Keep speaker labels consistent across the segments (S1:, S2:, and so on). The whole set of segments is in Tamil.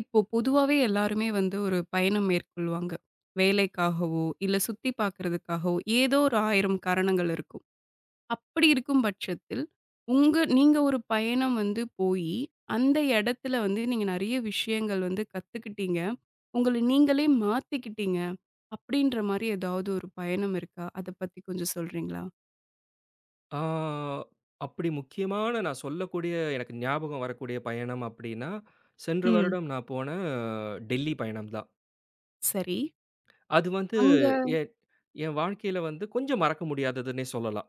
S1: இப்போ பொதுவாவே எல்லாருமே வந்து ஒரு பயணம் மேற்கொள்வாங்க. வேலைக்காகவோ, இல்ல சுத்தி பார்க்கறதுக்காகவோ, ஏதோ ஒரு 1000 காரணங்கள் இருக்கும். அப்படி இருக்கும் பட்சத்தில், நீங்க ஒரு பயணம் வந்து போயி, அந்த இடத்துல வந்து நீங்க நெறைய விஷயங்கள் வந்து கத்துக்கிட்டீங்க. உங்கள நீங்களே மாத்திக்கிட்டீங்க. அப்படின்ற மாரி ஏதாவது ஒரு பயணம் இருக்கா? அத பத்தி கொஞ்சம் சொல்றீங்களா?
S2: ஆ, அப்படி முக்கியமான நான் சொல்லக்கூடிய எனக்கு ஞாபகம் வரக்கூடிய பயணம் அப்படின்னா, சென்ற
S1: ம்.
S2: வருடம் நான் போன டெல்லி பயணம் தான்.
S1: சரி.
S2: அது வந்து
S1: அங்க
S2: என் என் வாழ்க்கையில வந்து கொஞ்சம் மறக்க முடியாததுன்னே சொல்லலாம்.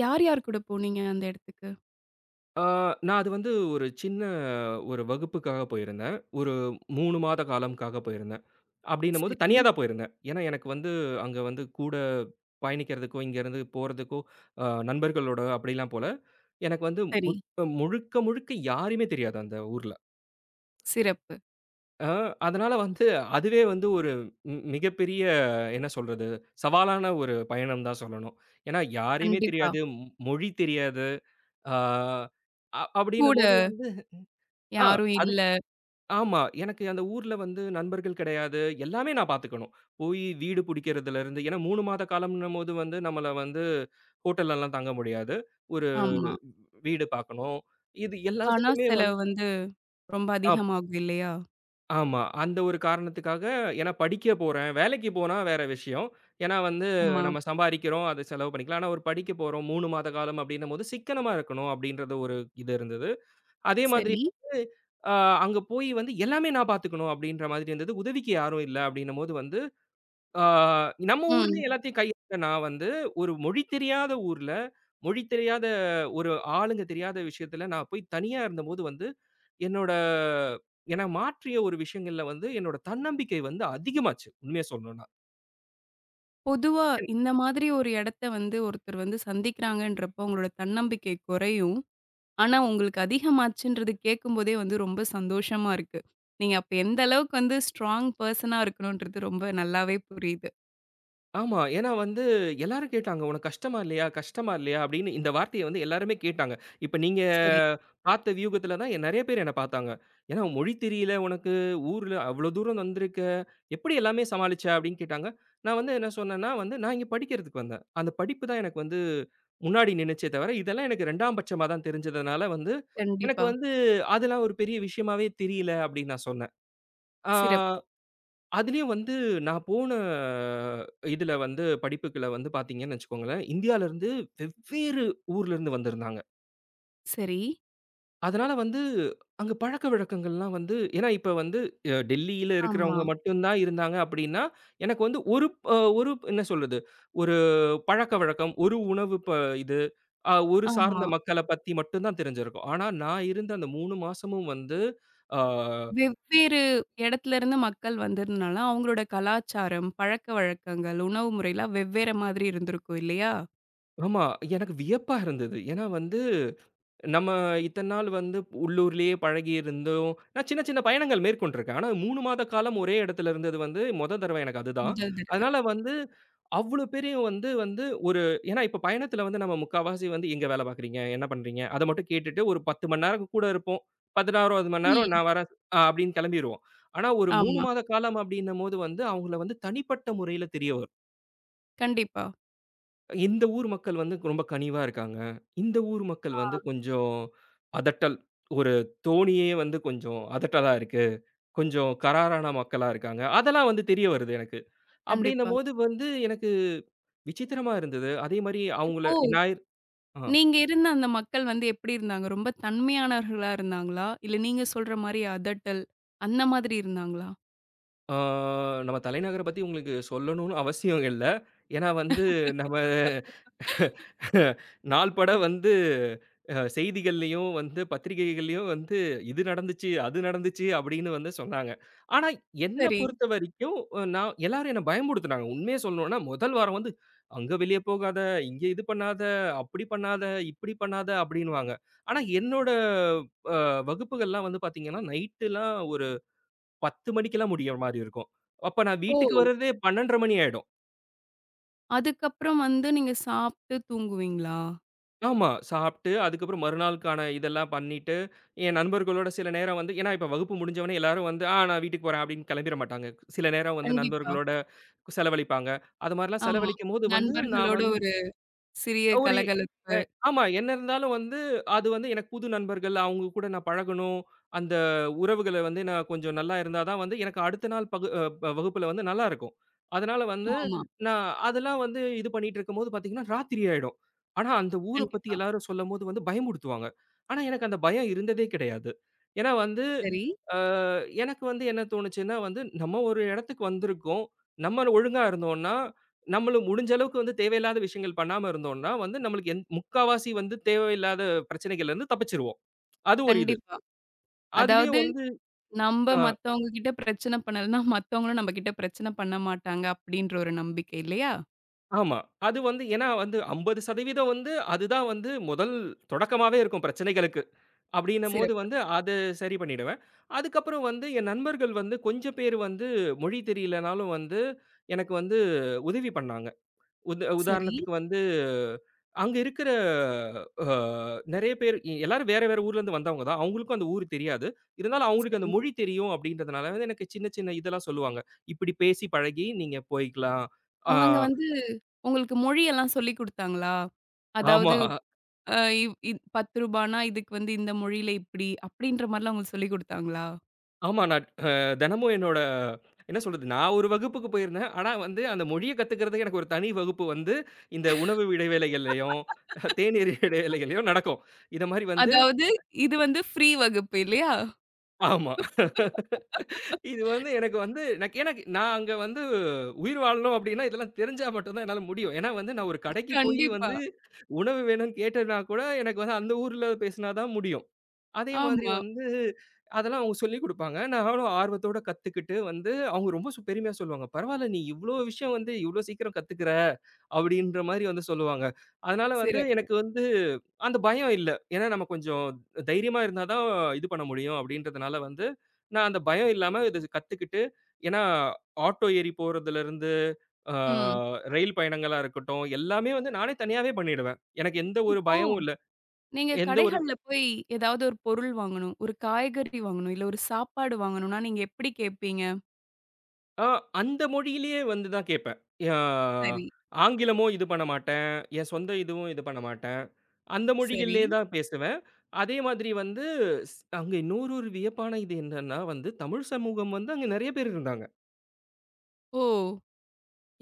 S1: யார் யார் கூட போனீங்க அந்த இடத்துக்கு?
S2: ஆ நான் அது வந்து ஒரு சின்ன ஒரு வகுப்புக்காக போயிருந்தேன். ஒரு 3 மாத காலம்க்காக போயிருந்தேன். அப்படின்னும்போது தனியா
S1: சரி,
S2: தான் போயிருந்தேன். ஏன்னா எனக்கு வந்து அங்க வந்து கூட பயணிக்கிறதுக்கோ, இங்கேருந்து போறதுக்கோ நண்பர்களோட அப்படிலாம் போல. எனக்கு வந்து
S1: சரி.
S2: முட் முழுக்க முழுக்க யாரையுமே தெரியாது அந்த ஊர்ல.
S1: சிறப்பு.
S2: ஆ அதனால வந்து அதுவே வந்து ஒரு மிகப்பெரிய என்ன சொல்றது? சவாலான ஒரு பயணம் தான் சொல்லணும். ஏன்னா யாரையுமே
S1: கண்டிப்பா.
S2: தெரியாது, மொழி தெரியாது. ஆ அ
S1: கூட
S2: அப்படின்னும்போது வந்து ஆ
S1: யாரும்
S2: அது
S1: இல்ல.
S2: ஆமா. எனக்கு அந்த ஊர்ல வந்து நண்பர்கள் கிடையாது. எல்லாமே நான் பார்த்துக்கணும். போய் வீடு புடிக்கிறதுலருந்து ஏன்னா 3 மாத காலம்ன்னும்போது வந்து நம்மள வந்து ஹோட்டல்லலாம் தங்க முடியாது. ஒரு
S1: ஆமா.
S2: வீடு பார்க்கணும். இது
S1: பண
S2: எல்லாத்துக்குமே வந்
S1: செலவு வந்து ரொம்ப
S2: ஆ
S1: அதிகமாகும் இல்லையா?
S2: ஆமா. அந்த ஒரு காரணத்துக்காக ஏன்னா படிக்க போறேன். வேலைக்கு போனா வேற விஷயம். ஏன்னா வந்து
S1: ஆமா.
S2: நம்ம சம்பாரிக்கிறோம். அத செலவு பண்ணிக்கலாம். ஆனா ஒரு படிக்க போறோம். 3 மாத காலம் அப்டின்னும்போது சிக்கனமா இருக்கணும் அப்டின்றது ஒரு இது இருந்தது. அதே மாதிரி
S1: சரி.
S2: வந்து அ அங்க போய் வந்து எல்லாமே நான் பார்த்துக்கணும் அப்டின்ற மாதிரி இருந்தது. உதவிக்கு யாரும் இல்ல அப்டின்னும்போது வந்து ஆ நம்ம
S1: ம்.
S2: ஊர்லயே எல்லாத்தையும் கையாண்ட நான் வந்து, ஒரு மொழி தெரியாத ஊர்ல, மொழி தெரியாத ஒரு ஆளுங்க தெரியாத விஷயத்துல நான் போய் தனியா இருந்தபோது வந்து, என்னோட என்ன மாற்றிய ஒரு விஷயங்கள்ல வந்து, என்னோட தன்னம்பிக்கை வந்து அதிகமாச்சு, உண்மைய சொல்லணும்னா.
S1: பொதுவா இந்த மாதிரி ஒரு இடத்த வந்து ஒருத்தர் வந்து சந்திக்கிறாங்கன்றப்போ, உங்களோட தன்னம்பிக்கை குறையும். ஆனா, உங்களுக்கு அதிகமாச்சுன்றது கேட்கும்போதே வந்து ரொம்ப சந்தோஷமா இருக்கு. நீங்க அப்ப எந்த அளவுக்கு வந்து ஸ்ட்ராங் பெர்சனா இருக்கணுன்றது ரொம்ப நல்லாவே புரியுது.
S2: ஆமா. ஏன்னா வந்து எல்லாரும் கேட்டாங்க. "உனக்கு கஷ்டமா இல்லையா? கஷ்டமா இல்லையா?" அப்படின்னு இந்த வார்த்தைய வந்து எல்லாருமே கேட்டாங்க. இப்ப நீங்க
S1: சரி.
S2: பார்த்த வியூகத்துல தான் நெறைய பேர் என்ன பார்த்தாங்க. ஏன்னா மொழி தெரியல உனக்கு, ஊர்ல அவ்ளோ தூரம் வந்திருக்க, எப்படி எல்லாமே சமாளிச்ச? அப்படின்னு கேட்டாங்க. நான் வந்து என்ன சொன்னேன்னா வந்து, "நான் இங்க படிக்கிறதுக்கு வந்தேன். அந்த படிப்பு தான் எனக்கு வந்து முன்னாடி நின்னுச்சே தவிர, இதெல்லாம் எனக்கு 2ஆம் பட்சமா தான் தெரிஞ்சதுனால வந்து, எனக்கு
S1: கண்டிப்பா.
S2: வந்து அதெல்லாம் ஒரு பெரிய விஷயமாவே தெரியல" அப்படின்னு நான் சொன்னேன். ஆ.
S1: சிறப்பு.
S2: அதுலயும் வந்து நான் போன இதுல வந்து படிப்புக்குள்ள வந்து பார்த்தீங்கன்னு வச்சுக்கோங்களேன், இந்தியாலருந்து வெவ்வேறு ஊர்லருந்து வந்திருந்தாங்க.
S1: சரி.
S2: அதனால வந்து அங்க பழக்கவழக்கங்கள்லாம் வந்து ஏன்னா இப்ப வந்து டெல்லியில
S1: ஆமா,
S2: இருக்கிறவங்க மட்டும் தான் இருந்தாங்க அப்படின்னா, எனக்கு வந்து ஒரு என்ன சொல்றது? ஒரு பழக்கவழக்கம், ஒரு உணவு ப இது, ஒரு
S1: ஆமா.
S2: சார்ந்த மக்கள பத்தி மட்டும் தான் தெரிஞ்சிருக்கும். ஆனா நான் இருந்த அந்த 3 மாசமும் வந்து, ஆ
S1: வெவ்வேறு இடத்துல இருந்து மக்கள் வந்ததுனால, அவங்களோட கலாச்சாரம், பழக்கவழக்கங்கள், உணவு முறைலாம் வெவ்வேற மாதிரி இருந்திருக்கும் இல்லையா?
S2: ஆமா, எனக்கு வியப்பா இருந்தது. ஏன்னா வந்து நம்ம இத்தன நாள் வந்து உள்ளூர்லயே பழகி இருந்தோம். நான் சின்ன சின்ன பயணங்கள் மேற்கொண்டிருக்கேன். ஆனா 3 மாத காலம் ஒரே இடத்துல இருந்தது வந்து மொத தடவ எனக்கு அதுதான்.
S1: முதல் தடவ.
S2: அதனால வந்து அவ்ளோ பெரிய வந்து வந்து ஒரு ஏன்னா இப்ப பயணத்துல வந்து நம்ம முக்காவாசி வந்து எங்க வேலை பார்க்குறீங்க? என்ன பண்றீங்க? அத மட்டும் கேட்டுட்டு ஒரு 10 மணி நேரம் கூட இருப்போம். 16வது மணி நேரம்
S1: ம்.
S2: நான் வரேன் அப்படின்னு கிளம்பிருவோம். ஆனா ஒரு 3
S1: ஆமா.
S2: மாத காலம் அப்படின்னும்போது வந்து அவங்கள வந்து தனிப்பட்ட முறையில தெரிய வரும்.
S1: கண்டிப்பா.
S2: இந்த ஊர் மக்கள் வந்து ரொம்ப கனிவா இருக்காங்க. இந்த ஊர் மக்கள்
S1: ஆ,
S2: வந்து கொஞ்சம் அதட்டல். ஒரு தோணியே வந்து கொஞ்சம் அதட்டலா இருக்கு. கொஞ்சம் கறாரான மக்களா இருக்காங்க. அதெல்லாம் வந்து தெரிய வருது எனக்கு.
S1: கண்டிப்பா.
S2: அப்படின்னம்போது வந்து எனக்கு விசித்திரமா இருந்தது. அதே மாரி அவங்கள
S1: இப்போ
S2: ஞாயிறு ஆ
S1: நீங்க இருந்த அந்த மக்கள் வந்து எப்படி இருந்தாங்க? ரொம்ப தன்மையானவர்களா இருந்தாங்களா? இல்ல நீங்க சொல்ற மாரி அதட்டல், அந்த மாதிரி இருந்தாங்களா?
S2: ஆ நம்ம தலைநகர பத்தி உங்களுக்கு சொல்லணும்னு அவசியம் இல்ல. ஏன்னா வந்து நம்ம நாள் பட வந்து செய்திகள்லயும் வந்து, பத்திரிகைகள்லயும் வந்து இது நடந்துச்சு, அது நடந்துச்சு அப்படின்னு வந்து சொன்னாங்க. ஆனா என்ன
S1: சரி.
S2: பொறுத்தவரைக்கும் நான் எல்லாரும் என்ன பயமுறுத்துனாங்க. உண்மைய சொல்லணும்னா முதல் வாரம் வந்து, "அங்க வெளிய போகாத, இங்க இது பண்ணாத, அப்படி பண்ணாத, இப்படி பண்ணாத" அப்படின்னுவாங்க. ஆனா என்னோட அ வகுப்புகள்லாம் வந்து பார்த்தீங்கன்னா, நைட்லாம் ஒரு 10 மணிக்கெல்லாம் முடியிற மாரி இருக்கும். அப்ப நான்
S1: ஓ!
S2: வீட்டுக்கு வரதே 12:30 மணி ஆயிடும்.
S1: அதுக்கப்புறம் வந்து நீங்க சாப்ட்டு தூங்குவீங்களா?
S2: ஆமா. சாப்பிட்டு, அதுக்கப்புறம் மறுநாளுக்கான இதெல்லாம் பண்ணிட்டு, என் நண்பர்களோட சில நேரம் வந்து ஏன்னா இப்ப வகுப்பு முடிஞ்சவொன்னே எல்லாரும் வந்து, "ஆ நான் வீட்டுக்கு போறேன்" அப்படின்னு கிளம்பிற மாட்டாங்க. சில நேரம் வந்து
S1: கண்டிப்பா.
S2: நண்பர்களோட செலவழிப்பாங்க. அது மாரிலாம்
S1: ஆமா.
S2: செலவழிக்கும்போது வந்து, நான்
S1: நண்பர்களோட
S2: வந்து
S1: ஒரு சிறிய
S2: ஒரு
S1: கலகலப்பு.
S2: அ ஆமா. என்ன இருந்தாலும் வந்து, அது வந்து எனக்கு புது நண்பர்கள், அவங்க கூட நான் பழகணும். அந்த உறவுகள வந்து நான் கொஞ்சம் நல்லா இருந்தா தான் வந்து, எனக்கு அடுத்த நாள் பகு அ ப வகுப்புல வந்து நல்லா இருக்கும். அதனால வந்து,
S1: ஆமா.
S2: நான் அதெல்லாம் வந்து இது பண்ணிட்டு இருக்கும்போது பாத்தீங்கன்னா, ராத்திரி ஆயிடும். ஆனா அந்த ஊர பத்தி
S1: கண்டிப்பா.
S2: எல்லாரும் சொல்லும்போது வந்து பயமுறுத்துவாங்க. ஆனா எனக்கு அந்த பயம் இருந்ததே கிடையாது. ஏன்னா வந்து
S1: சரி.
S2: அ எனக்கு வந்து என்ன தோணுச்சுன்னா வந்து, நம்ம ஒரு இடத்துக்கு வந்திருக்கோம். நம்ம ஒழுங்கா இருந்தோம்னா, நம்மளும் முடிஞ்ச அளவுக்கு வந்து தேவையில்லாத விஷயங்கள் பண்ணாம இருந்தோம்னா, வந்து நம்மளுக்கு முக்காவாசி வந்து தேவையில்லாத பிரச்சனைகள்லருந்து தப்பிச்சுருவோம். அது ஒரு இது.
S1: கண்டிப்பா.
S2: அதுலயும்
S1: அதாவது
S2: வந்து
S1: நம்ப
S2: அ
S1: மத்தவங்க கிட்ட பிரச்சனை பண்ணலன்னா, மத்தவங்களும் நம்ம கிட்ட பிரச்சனை பண்ண மாட்டாங்க அப்படின்ற ஒரு நம்பிக்கை இல்லையா?
S2: ஆமா. அது வந்து ஏன்னா வந்து 50% வந்து அதுதான் வந்து முதல் தொடக்கமாவே இருக்கும் பிரச்சனைகளுக்கு. அப்படின்னும்போது
S1: சிறப்பு.
S2: வந்து அத சரி பண்ணிடுவேன். அதுக்கப்புறம் வந்து என் நண்பர்கள் வந்து கொஞ்சம் பேர் வந்து மொழி தெரியலனாலும் வந்து எனக்கு வந்து உதவி பண்ணாங்க.
S1: சரி,
S2: உதாரணத்துக்கு வந்து, அங்க இருக்கிற அ நெறைய பேர் எல்லாரும் வேற, வேற ஊர்லேருந்து வந்தவங்க தான். அவங்களுக்கும் அந்த ஊர் தெரியாது. இருந்தாலும் அவங்களுக்கு அந்த
S1: சரி.
S2: மொழி தெரியும் அப்படின்றதுனால வந்து எனக்கு சின்ன, சின்ன இதெல்லாம் சொல்லுவாங்க. இப்படி பேசி பழகி நீங்க போய்க்கலாம். ஆ
S1: அவங்க வந்து உங்களுக்கு மொழியெல்லாம் சொல்லிக் குடுத்தாங்களா?
S2: ஆமா,
S1: அதாவது அ இவ் இத் ரூ. 10னா இதுக்கு வந்து இந்த மொழியில இப்படி, அப்படின்ற மாரிலாம் உங்களுக்கு சொல்லிக் குடுத்தாங்களா?
S2: ஆமா. நான் தினமும் என்னோட என்ன சொல்றது, நான் ஒரு வகுப்புக்கு போயிருந்தேன். ஆனா வந்து அந்த மொழிய கத்துக்கிறதுக்கு எனக்கு ஒரு தனி வகுப்பு வந்து, இந்த உணவு இடைவேளைகள்லயும், தேநீர் இடைவேளைகள்லயும் நடக்கும். இத மாரி வந்து
S1: அதாவது இது வந்து ஃப்ரீ வகுப்பு இல்லையா?
S2: ஆமா. இது வந்து எனக்கு வந்து எனக்கு எனக்கு நான் அங்க வந்து உயிர் வாழணும் அப்டின்னா, இதெல்லாம் தெரிஞ்சா மட்டும் தான் என்னால முடியும். ஏன்னா வந்து நான் ஒரு கடைக்கு போயி
S1: கண்டிப்பா.
S2: வந்து உணவு வேணும்னு கேட்டேன்னா கூட, எனக்கு வந்து அந்த ஊர்ல பேசினா தான் முடியும். அதே மாதிரி
S1: ஆமா.
S2: வந்து அதெல்லாம் அவங்க சொல்லிக் குடுப்பாங்க. நானும் ஆர்வத்தோட கத்துக்கிட்டு வந்து அவங்க ரொம்ப பெருமையா சொல்லுவாங்க. "பரவால்ல நீ இவ்ளோ விஷயம் வந்து இவ்ளோ சீக்கிரம் கத்துக்கிற" அப்படின்ற மாரி வந்து சொல்லுவாங்க. அதனால வந்து
S1: சிறப்பு.
S2: எனக்கு வந்து அந்த பயம் இல்ல. ஏன்னா நம்ம கொஞ்சம் தைரியமா இருந்தா தான் இது பண்ண முடியும் அப்படின்றதுனால வந்து, நான் அந்த பயம் இல்லாம இது கத்துக்கிட்டு ஏன்னா ஆட்டோ ஏறி போறதுலருந்து, ஆ
S1: ம்.
S2: ரயில் பயணங்களா இருக்கட்டும், எல்லாமே வந்து நானே தனியாவே பண்ணிடுவேன். எனக்கு எந்த ஒரு
S1: இப்போ
S2: பயமும் இல்ல.
S1: நீங்க
S2: எந்த ஒரு
S1: கடைகள்ல போய் ஏதாவது ஒரு பொருள் வாங்கணும். ஒரு காய்கறி வாங்கணும். இல்ல ஒரு சாப்பாடு வாங்கணும்னா, நீங்க எப்படி கேட்பீங்க?
S2: ஆ அந்த மொழியிலேயே வந்து தான் கேட்பேன். யா
S1: சரி,
S2: ஆங்கிலமோ இது பண்ண மாட்டேன். என் சொந்த இதுவும் இது பண்ண மாட்டேன். அந்த
S1: சரி.
S2: மொழிகள்லேயே தான் பேசுவேன். அதே மாதிரி வந்து அங்க இன்னொரு ஒரு வியப்பான இது என்னன்னா வந்து, தமிழ் சமூகம் வந்து அங்க நெறைய பேர் இருந்தாங்க.
S1: ஓ!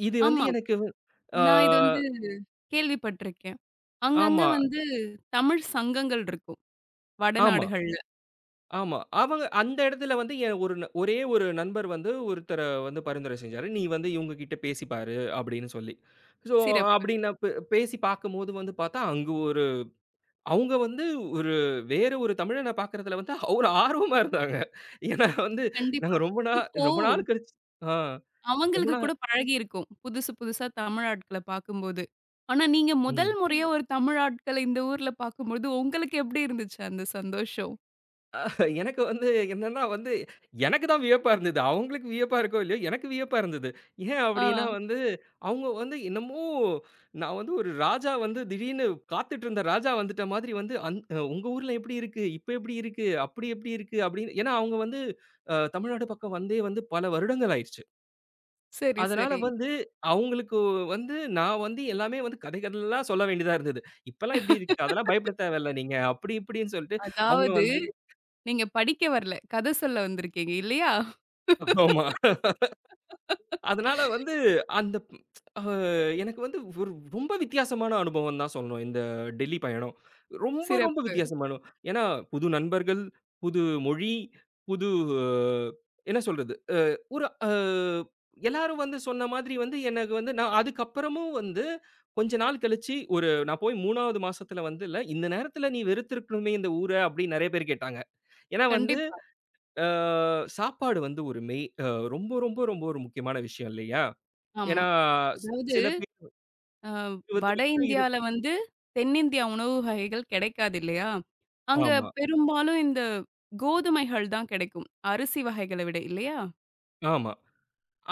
S2: இது வந்து
S1: ஆமா.
S2: எனக்கு வ ஆ
S1: நான் இது வந்து கேள்விப்பட்டுருக்கேன். அங்கங்க
S2: ஆமா,
S1: வந்து தமிழ் சங்கங்கள் இருக்கும்.
S2: ஆமா,
S1: வடநாடுகள்ல.
S2: ஆமா. அவங்க அந்த இடத்துல வந்து என் ஒரு ஒரே ஒரு நண்பர் வந்து ஒருத்தர வந்து பரிந்துரை செஞ்சாரு. "நீ வந்து இவங்க கிட்ட பேசி பாரு" அப்படின்னு சொல்லி. ஸோ,
S1: சிறப்பு.
S2: அப்படின்னு நான் பேசி பார்க்கும்போது வந்து பார்த்தா, அங்க அவங்க வந்து ஒரு வேற ஒரு தமிழன பார்க்கறதுல வந்து ஒரு ஆர்வமா இருந்தாங்க. ஏன்னா வந்து
S1: கண்டிப்பா.
S2: நாங்க ரொம்ப நாள்
S1: இப்போ
S2: ரொம்ப நாள் கழிச்சு ஆ ரொம்ப
S1: அவங்களுக்கு
S2: நாள்
S1: கூட பழகியிருக்கும். புதுசு புதுசா தமிழ் ஆட்கள பார்க்கும்போது. ஆனா நீங்க முதல்
S2: ம்.
S1: முறையா ஒரு தமிழ் ஆட்கள இந்த ஊர்ல பார்க்கும்போது உங்களுக்கு எப்படி இருந்துச்சு அந்த சந்தோஷம்?
S2: எனக்கு வந்து என்னன்னா வந்து எனக்கு தான் வியப்பா இருந்தது. அவங்களுக்கு வியப்பா இருக்கோ இல்லையோ, எனக்கு வியப்பா இருந்தது. ஏன் அப்படின்னா
S1: ஆ.
S2: வந்து, அவங்க வந்து என்னமோ நான் வந்து ஒரு ராஜா வந்து திடீர்னு காத்துட்டு இருந்த ராஜா வந்துட்ட மாதிரி வந்து "உங்க ஊர்ல எப்படி இருக்கு? இப்ப எப்படி இருக்கு? அப்படி எப்படி இருக்கு?" அப்படின்னு ஏன்னா அவங்க வந்து தமிழ்நாடு பக்கம் வந்தே வந்து பல வருடங்கள் ஆயிருச்சு.
S1: சரி,
S2: அதனால
S1: சரி.
S2: வந்து அவங்களுக்கு வந்து நான் வந்து எல்லாமே வந்து கதை கதையா சொல்ல வேண்டியதா இருந்தது. இப்பலாம் இப்படி இருக்கு. அதெல்லாம் பயப்பட தேவையில்ல நீங்க. அப்படி இப்படின்னு சொல்லிட்டு அவங்களும்
S1: அதாவது
S2: வந்து
S1: நீங்க படிக்க வரல. கதை சொல்ல வந்திருக்கீங்க இல்லையா?
S2: ஆமா. அதனால வந்து அந்த அ எனக்கு வந்து ஒரு ரொம்ப வித்தியாசமான அனுபவம் தான் சொல்லணும். இந்த டெல்லி பயணம். ரொம்ப, ரொம்ப
S1: சிறப்பு.
S2: வித்தியாசமான ஏன்னா புது நண்பர்கள், புது மொழி, புது அஹ், என்ன சொல்றது? அ ஒரு அ எல்லாரும் வந்து சொன்ன மாதிரி வந்து எனக்கு வந்து நான் அதுக்கப்புறமும் வந்து கொஞ்ச நாள் கழிச்சு ஒரு நான் போய் 3வது மாசத்துல வந்து இல்ல, இந்த நேரத்துல நீ வெறுத்திருக்கணுமே இந்த ஊர அப்படின்னு நெறைய பேர் கேட்டாங்க. ஏன்னா வந்து
S1: கண்டிப்பா.
S2: அ சாப்பாடு வந்து ஒரு மெய் அ ரொம்ப, ரொம்ப, ரொம்ப ஒரு முக்கியமான விஷயம் இல்லையா?
S1: ஆமா.
S2: ஏன்னா, ஸ்
S1: அதாவது
S2: சில பேர்
S1: அ
S2: 20
S1: வட
S2: வருஷம்
S1: இந்தியால வந்து தென்னிந்தியா உணவு வகைகள் கிடைக்காது இல்லையா? அங்க
S2: ஆமா,
S1: பெரும்பாலும் இந்த கோதுமைகள் தான் கிடைக்கும். அரிசி வகைகள விட இல்லையா?
S2: ஆமா.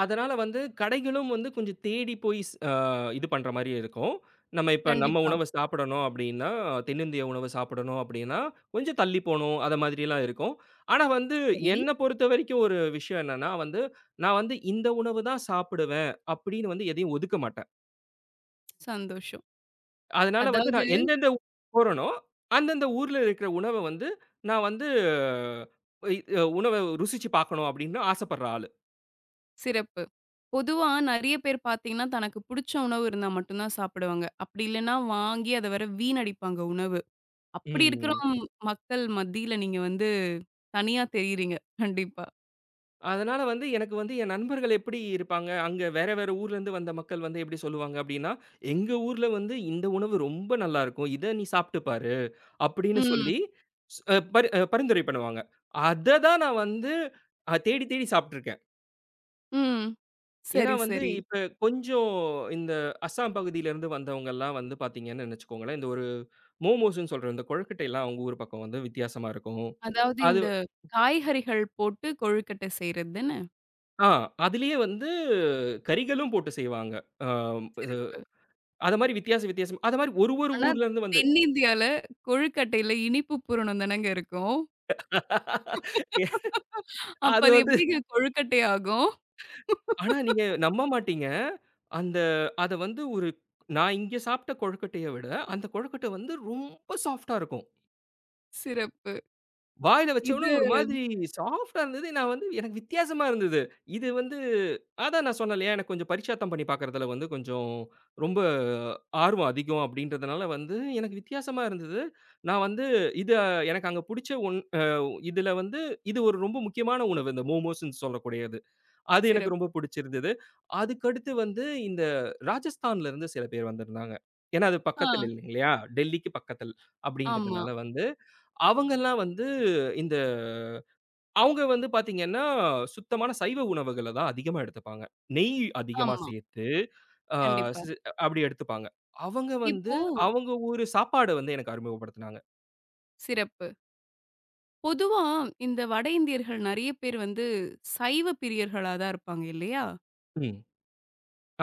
S2: அதனால வந்து கடைகளும் வந்து கொஞ்சம் தேடி போய் ஸ் அ இது பண்ற மாரி இருக்கும். நம்ம இப்ப நம்ம
S1: கண்டிப்பா.
S2: உணவ சாப்பிடணும் அப்டின்னா, தென்னிந்திய உணவு சாப்பிடணும் அப்டின்னா, கொஞ்சம் தள்ளி போணும். அத மாதிரிலாம் இருக்கும். ஆனா வந்து
S1: சரி.
S2: என்ன பொறுத்த வரைக்கும் ஒரு விஷயம் என்னன்னா வந்து, நான் வந்து இந்த உணவு தான் சாப்பிடுவேன் அப்டின்னு வந்து எதையும் ஒதுக்க மாட்டேன்.
S1: சந்தோஷம்.
S2: அதனால வந்து
S1: அதாவது
S2: நான் எந்தெந்த ஊர் போறேனோ, அந்தந்த ஊர்ல இருக்கிற உணவ வந்து, நான் வந்து இ உணவ ருசிச்சு பார்க்கணும் அப்படின்னு ஆசைப்படுற ஆளு.
S1: சிறப்பு. பொதுவா நெறைய பேர் பார்த்தீங்கன்னா, தனக்கு புடிச்ச உணவு இருந்தா மட்டும் தான் சாப்பிடுவாங்க. அப்படி இல்லன்னா வாங்கி அத வேற வீணடிப்பாங்க உணவு. அப்படி இருக்கிற
S2: ம்.
S1: மக்கள் மத்தியில நீங்க வந்து தனியா தெரியிறீங்க. கண்டிப்பா.
S2: அதனால வந்து எனக்கு வந்து என் நண்பர்கள் எப்படி இருப்பாங்க, அங்க வேற வேற ஊர்லருந்து வந்த மக்கள் வந்து எப்படி சொல்லுவாங்க அப்படின்னா, "எங்க ஊர்ல வந்து இந்த உணவு ரொம்ப நல்லாருக்கும். இத நீ சாப்பிட்டு பாரு" அப்படின்னு
S1: ம்.
S2: சொல்லி ஸ் அ, பரி அ, பரிந்துரை பண்ணுவாங்க. அத தான் நான் வந்து தேடி தேடி சாப்பிட்டுருக்கேன்.
S1: ம்.
S2: ஏன்னா
S1: சரி,
S2: வந்து,
S1: சரி.
S2: இப்ப கொஞ்சம் இந்த அஸ்ஸாம் பகுதியிலருந்து வந்தவங்கலாம் வந்து பார்த்தீங்கன்னு நெனச்சுக்கோங்களேன், இந்த ஒரு மோமோஸ்ன்னு சொல்ற இந்த கொழுக்கட்டைலாம் அவங்க ஊர் பக்கம் வந்து வித்தியாசமா இருக்கும்.
S1: அதாவது
S2: அது
S1: இந்த காய்கறிகள் போட்டு கொழுக்கட்டை செய்றது தான?
S2: ஆ அதிலேயே வந்து கறிகளும் போட்டு செய்வாங்க. அ இது
S1: சிறப்பு.
S2: அது மாரி வித்தியாசம் அது மாரி ஒரு ஒரு
S1: ஆனா
S2: ஊர்லருந்து வந்து
S1: தென்னிந்தியால கொழுக்கட்டையில இனிப்பு பூரணம் தானங்க இருக்கும். அப்ப
S2: அது
S1: அது
S2: வந்து
S1: எப்படிங்க கொழுக்கட்டை ஆகும்?
S2: ஆனா நீங்க நம்ப மாட்டீங்க. அந்த அத வந்து ஒரு நான் இங்க சாப்பிட்ட கொழுக்கட்டைய விட, அந்த கொழுக்கட்டை வந்து ரொம்ப சாஃப்ட்டா இருக்கும்.
S1: சிறப்பு.
S2: வாயில வச்சோனே
S1: இது
S2: ஒரு மாதிரி சாஃப்ட்டா இருந்தது. நான் வந்து எனக்கு வித்தியாசமா இருந்தது. இது வந்து அதான் நான் சொன்னேன் இல்லையா, எனக்கு கொஞ்சம் பரிட்சாத்தம் பண்ணி பார்க்கறதுல வந்து கொஞ்சம் ரொம்ப ஆர்வம் அதிகம் அப்படின்றதுனால வந்து எனக்கு வித்தியாசமா இருந்தது. நான் வந்து இத எனக்கு அங்க புடிச்ச ஒன் அ இதுல வந்து இது ஒரு ரொம்ப முக்கியமான உணவு. இந்த மோமோஸ்ன்னு சொல்லக்கூடியது. அது எனக்கு
S1: சிறப்பு.
S2: ரொம்ப புடிச்சிருந்தது. அதுக்கடுத்து வந்து இந்த ராஜஸ்தான்ல இருந்து சில பேர் வந்திருந்தாங்க. ஏன்னா அது
S1: ஆ.
S2: பக்கத்துல இல்லைங்களா? டெல்லிக்கு பக்கத்துல
S1: ஆமா,
S2: அப்படின்றதுனால வந்து அவங்கலாம் வந்து இந்த அவங்க வந்து பார்த்தீங்கன்னா, சுத்தமான சைவ உணவுகள தான் அதிகமா எடுத்துப்பாங்க. நெய் அதிகமா
S1: ஆமா.
S2: சேர்த்து, அ சி
S1: கண்டிப்பா.
S2: அப்படி எடுத்துப்பாங்க. அவங்க வந்து
S1: இப்போ
S2: அவங்க ஊரு சாப்பாடு வந்து எனக்கு அறிமுகப்படுத்துனாங்க.
S1: சிறப்பு. பொதுவா இந்த வட இந்தியர்கள் நெறைய பேர் வந்து சைவ பிரியர்களா தான் இருப்பாங்க இல்லையா?
S2: ம்.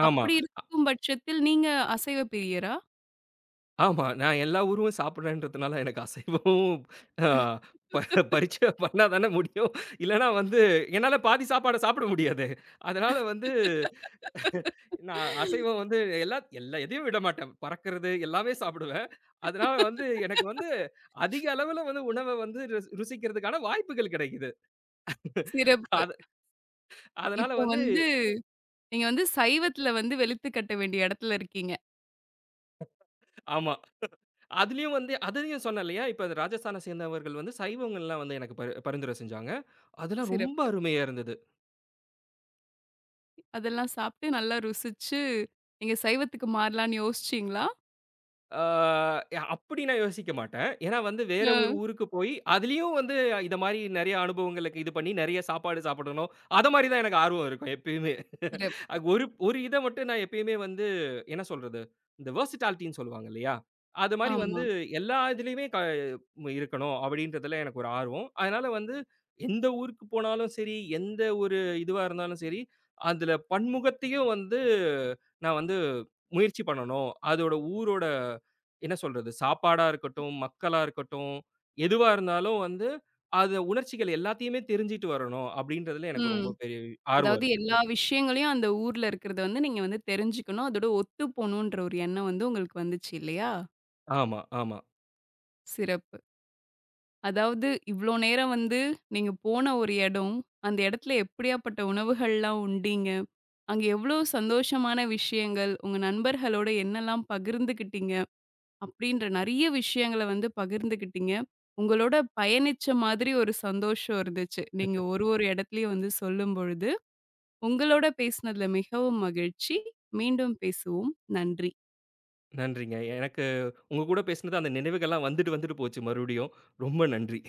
S2: ஆமா,
S1: அப்படி இருக்கும் பட்சத்தில் நீங்க அசைவ பிரியரா?
S2: ஆமா. நான் எல்லா ஊரும் சாப்பிடுறேன்றதுனால எனக்கு அசைவமும் அ ப பரிச்சயம் பண்ணா தானே முடியும். இல்லன்னா வந்து என்னால பாதி சாப்பாட சாப்பிட முடியாது. அதனால வந்து நான் அசைவம் வந்து எல்லா எல்லா எதையும் விட மாட்டேன். பறக்கிறது எல்லாமே சாப்பிடுவேன். அதனால வந்து எனக்கு வந்து அதிக அளவுல வந்து உணவ வந்து ருசி ருசிக்கிறதுக்கான வாய்ப்புகள் கிடைக்குது.
S1: சிறப்பு.
S2: அது அதனால
S1: இப்போ
S2: வந்து
S1: வந்து நீங்க வந்து சைவத்தில வந்து வெளுத்து கட்ட வேண்டிய இடத்துல இருக்கீங்க.
S2: ஆமா. அதுலயும் வந்து அதுலயும் சொன்னேன் இல்லையா? இப்ப ராஜஸ்தான சேர்ந்தவர்கள் வந்து சைவங்கள்லாம் வந்து எனக்கு பரிந்துரை செஞ்சாங்க. அதெல்லாம் ரொம்ப
S1: சிறப்பு.
S2: அருமையா இருந்தது.
S1: அதெல்லாம் சாப்பிட்டு நல்லா ருசிச்சு, நீங்க சைவத்துக்கு மாறலான்னு யோசிச்சீங்களா?
S2: ஆ அப்படி நான் யோசிக்க மாட்டேன். ஏன்னா வந்து வேற ஒரு
S1: அ
S2: ஊருக்கு போய், அதுலயும் வந்து இத மாரி நெறைய அனுபவங்களுக்கு இது பண்ணி நெறைய சாப்பாடு சாப்பிடணும். அத மாரி தான் எனக்கு ஆர்வம் இருக்கும் எப்பயுமே.
S1: சிறப்பு.
S2: அது ஒரு ஒரு இத மட்டும் நான் எப்பயுமே வந்து என்ன சொல்றது? இந்த வெர்சடாலிட்டின்னு சொல்லுவாங்க இல்லையா? அது மாரி
S1: ஆமா.
S2: வந்து எல்லா இதுலயுமே க இருக்கணும் அப்படின்றதுல எனக்கு ஒரு ஆர்வம். அதனால வந்து எந்த ஊருக்கு போனாலும் சரி, எந்த ஒரு இதுவா இருந்தாலும் சரி, அதுல பன்முகத்தையும் வந்து நான் வந்து முயற்சி பண்ணணும். அதோட ஊரோட என்ன சொல்றது? சாப்பாடா இருக்கட்டும், மக்களா இருக்கட்டும், எதுவா இருந்தாலும் வந்து, அது உணர்ச்சிகள் எல்லாத்தையுமே தெரிஞ்சுட்டு வரணும் அப்படின்றதுல எனக்கு
S1: ம்.
S2: ரொம்ப பெரிய ஆர்வம்
S1: அதாவது
S2: இருக்கு.
S1: எல்லா விஷயங்களையும் அந்த ஊர்ல இருக்கிறத வந்து நீங்க வந்து தெரிஞ்சுக்கணும். அதோட ஒத்து போணுன்ற ஒரு எண்ணம் வந்து உங்களுக்கு வந்துச்சு இல்லையா?
S2: ஆமா, ஆமா.
S1: சிறப்பு. அதாவது இவ்ளோ நேரம் வந்து நீங்க போன ஒரு இடம், அந்த இடத்துல எப்படியாப்பட்ட உணவுகள்லாம் உண்டீங்க? அங்க எவ்ளோ சந்தோஷமான விஷயங்கள், உங்க நண்பர்களோட என்னலாம் பகிர்ந்துக்கிட்டீங்க? அப்படின்ற நெறைய விஷயங்கள வந்து பகிர்ந்துக்கிட்டீங்க. உங்களோட பயணிச்ச மாதிரி ஒரு சந்தோஷம் இருந்துச்சு. நீங்க ஒரு ஒரு இடத்துலயும் வந்து சொல்லும்பொழுது. உங்களோட பேசினதுல மிகவும் மகிழ்ச்சி. மீண்டும் பேசுவோம். நன்றி.
S2: நன்றிங்க. எனக்கு உங்க கூட பேசினது அந்த நினைவுகள்லாம் வந்துட்டு வந்துட்டு போச்சு மறுபடியும். ரொம்ப நன்றி.